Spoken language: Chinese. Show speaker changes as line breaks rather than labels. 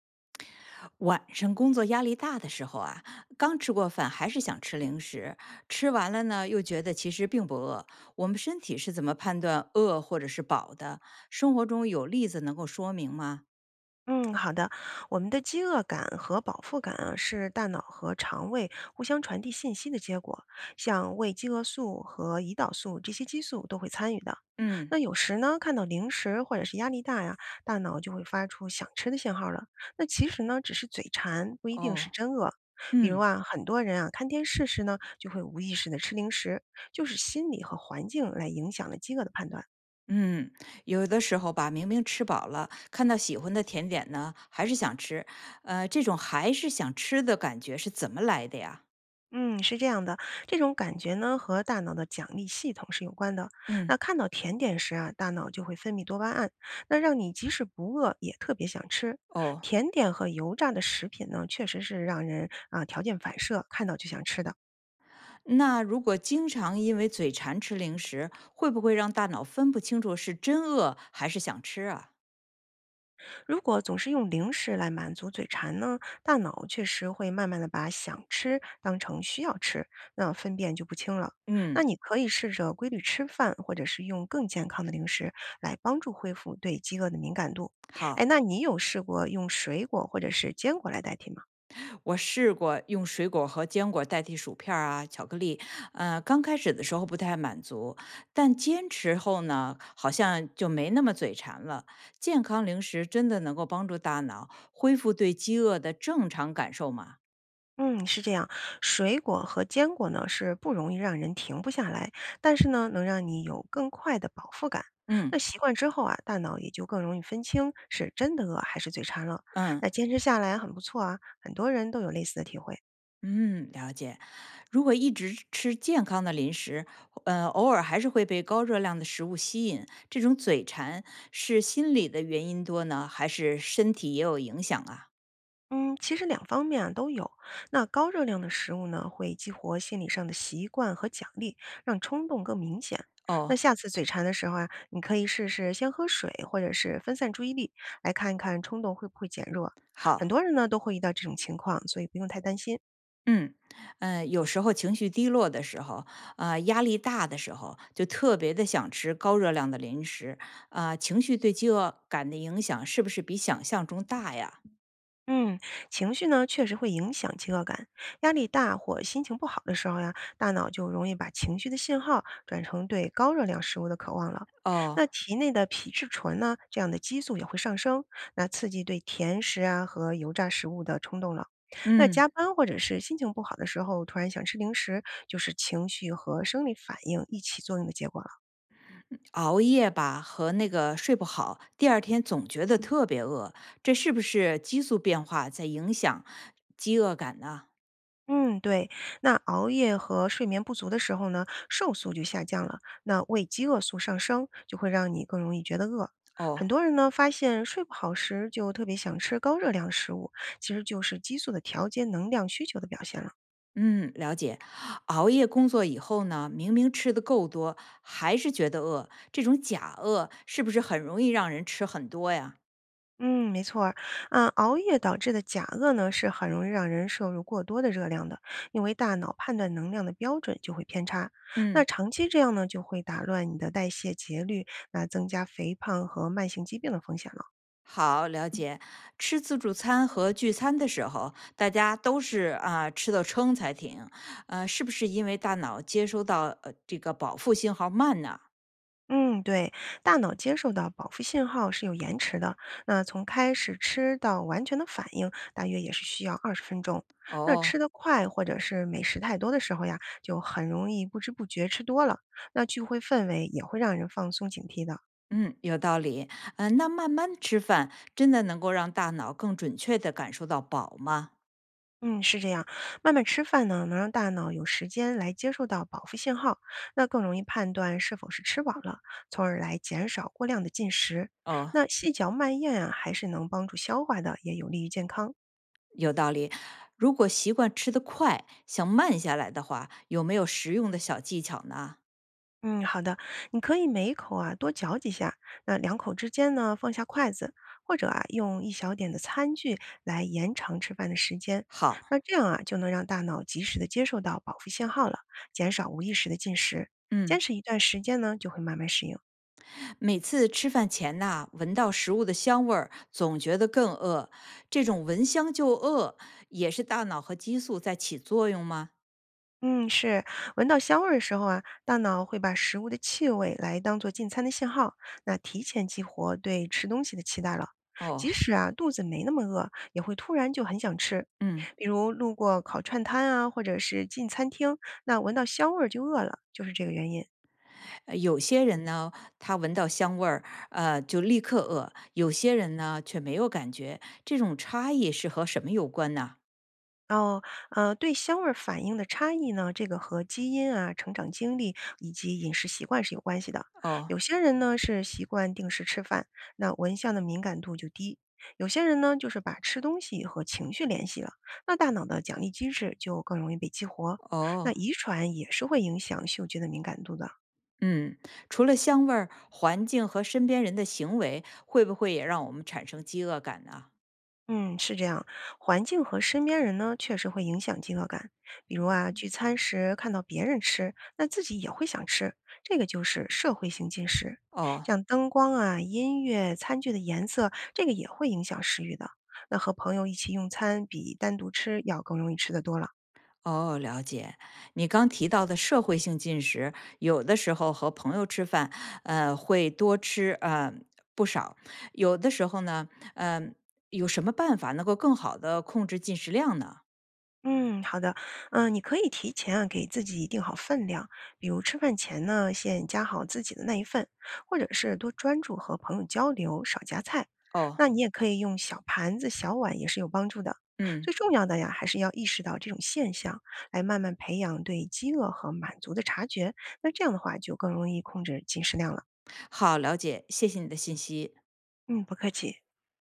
晚上工作压力大的时候啊，刚吃过饭还是想吃零食，吃完了呢又觉得其实并不饿。我们身体是怎么判断饿或者是饱的？生活中有例子能够说明吗？
嗯，好的。我们的饥饿感和饱腹感啊，是大脑和肠胃互相传递信息的结果。像胃饥饿素和胰岛素这些激素都会参与的。
嗯，
那有时呢，看到零食或者是压力大呀，大脑就会发出想吃的信号了。那其实呢，只是嘴馋，不一定
哦，
是真饿。比如
嗯
啊，很多人啊看电视时呢，就会无意识的吃零食，就是心理和环境来影响了饥饿的判断。
嗯，有的时候吧，明明吃饱了，看到喜欢的甜点呢，还是想吃。这种还是想吃的感觉是怎么来的呀？
嗯，是这样的，这种感觉呢和大脑的奖励系统是有关的。
嗯，
那看到甜点时啊，大脑就会分泌多巴胺，那让你即使不饿也特别想吃。
哦。
甜点和油炸的食品呢，确实是让人啊条件反射看到就想吃的。
那如果经常因为嘴馋吃零食，会不会让大脑分不清楚是真饿还是想吃啊？
如果总是用零食来满足嘴馋呢，大脑确实会慢慢的把想吃当成需要吃，那分辨就不清了。
嗯，
那你可以试着规律吃饭，或者是用更健康的零食来帮助恢复对饥饿的敏感度。哎，
好，
那你有试过用水果或者是坚果来代替吗？
我试过用水果和坚果代替薯片儿啊、巧克力，刚开始的时候不太满足，但坚持后呢，好像就没那么嘴馋了。健康零食真的能够帮助大脑恢复对饥饿的正常感受吗？
嗯，是这样，水果和坚果呢是不容易让人停不下来，但是呢，能让你有更快的饱腹感。
嗯
那习惯之后啊，大脑也就更容易分清是真的饿还是嘴馋了。
嗯。
那坚持下来很不错啊，很多人都有类似的体会。
嗯，了解。如果一直吃健康的零食，偶尔还是会被高热量的食物吸引，这种嘴馋是心理的原因多呢，还是身体也有影响啊？
嗯，其实两方面啊都有。那高热量的食物呢，会激活心理上的习惯和奖励，让冲动更明显。那
哦，
下次嘴馋的时候啊，你可以试试先喝水，或者是分散注意力，来看一看冲动会不会减弱。很
好，
多人呢都会遇到这种情况，所以不用太担心。
嗯，有时候情绪低落的时候，啊、压力大的时候，就特别的想吃高热量的零食，啊、情绪对饥饿感的影响是不是比想象中大呀？
嗯，情绪呢确实会影响饥饿感。压力大或心情不好的时候呀，大脑就容易把情绪的信号转成对高热量食物的渴望了。
哦，
那体内的皮质醇呢，这样的激素也会上升，那刺激对甜食啊和油炸食物的冲动了。那
嗯。
加班或者是心情不好的时候，突然想吃零食，就是情绪和生理反应一起作用的结果了。
熬夜吧和那个睡不好，第二天总觉得特别饿，这是不是激素变化在影响饥饿感呢？
嗯，对。那熬夜和睡眠不足的时候呢，瘦素就下降了，那胃饥饿素上升，就会让你更容易觉得饿。
哦，
很多人呢发现睡不好时就特别想吃高热量食物，其实就是激素的调节能量需求的表现了。
嗯，了解。熬夜工作以后呢，明明吃的够多，还是觉得饿，这种假饿是不是很容易让人吃很多呀？
嗯，没错儿。嗯，熬夜导致的假饿呢，是很容易让人摄入过多的热量的，因为大脑判断能量的标准就会偏差。那
嗯。
长期这样呢，就会打乱你的代谢节律，那增加肥胖和慢性疾病的风险了。
好，了解。吃自助餐和聚餐的时候，大家都是啊、吃到撑才停，是不是因为大脑接收到这个饱腹信号慢呢？
嗯，对，大脑接受到饱腹信号是有延迟的，那从开始吃到完全的反应，大约也是需要20分钟。那
哦，
吃得快或者是美食太多的时候呀，就很容易不知不觉吃多了。那聚会氛围也会让人放松警惕的。
嗯，有道理。嗯，那慢慢吃饭真的能够让大脑更准确地感受到饱吗？
嗯，是这样，慢慢吃饭呢，能让大脑有时间来接受到饱腹信号，那更容易判断是否是吃饱了，从而来减少过量的进食。
哦，
那细嚼慢咽啊，还是能帮助消化的，也有利于健康。
有道理。如果习惯吃得快，想慢下来的话，有没有实用的小技巧呢？
嗯，好的，你可以每一口啊多嚼几下，那两口之间呢放下筷子，或者啊用一小点的餐具来延长吃饭的时间。
好，
那这样啊就能让大脑及时的接受到饱腹信号了，减少无意识的进食。坚
嗯，
持一段时间呢，就会慢慢适应。
每次吃饭前呐，闻到食物的香味儿，总觉得更饿。这种闻香就饿，也是大脑和激素在起作用吗？
嗯，是，闻到香味儿的时候啊，大脑会把食物的气味来当做进餐的信号，那提前激活对吃东西的期待了。
哦，
即使啊肚子没那么饿，也会突然就很想吃。
嗯。
比如路过烤串摊啊，或者是进餐厅，那闻到香味儿就饿了，就是这个原因。
有些人呢，他闻到香味儿，就立刻饿；有些人呢，却没有感觉。这种差异是和什么有关呢？
然后，对香味儿反应的差异呢，这个和基因啊、成长经历以及饮食习惯是有关系的。
哦
有些人呢是习惯定时吃饭，那闻香的敏感度就低；有些人呢就是把吃东西和情绪联系了，那大脑的奖励机制就更容易被激活。那
哦，
遗传也是会影响嗅觉的敏感度的。
嗯，除了香味儿，环境和身边人的行为，会不会也让我们产生饥饿感呢？
嗯，是这样，环境和身边人呢，确实会影响饥饿感。比如啊，聚餐时看到别人吃，那自己也会想吃，这个就是社会性进食。
哦，
像灯光啊、音乐、餐具的颜色，这个也会影响食欲的。那和朋友一起用餐，比单独吃要更容易吃得多了。
哦，了解。你刚提到的社会性进食，有的时候和朋友吃饭，会多吃不少；有的时候呢，嗯、有什么办法能够更好的控制进食量呢？
嗯，好的，嗯，你可以提前啊给自己定好分量，比如吃饭前呢，先夹好自己的那一份，或者是多专注和朋友交流，少夹菜。
哦，
那你也可以用小盘子、小碗，也是有帮助的。
嗯，
最重要的呀，还是要意识到这种现象，来慢慢培养对饥饿和满足的察觉。那这样的话，就更容易控制进食量了。
好，了解，谢谢你的信息。
嗯，不客气。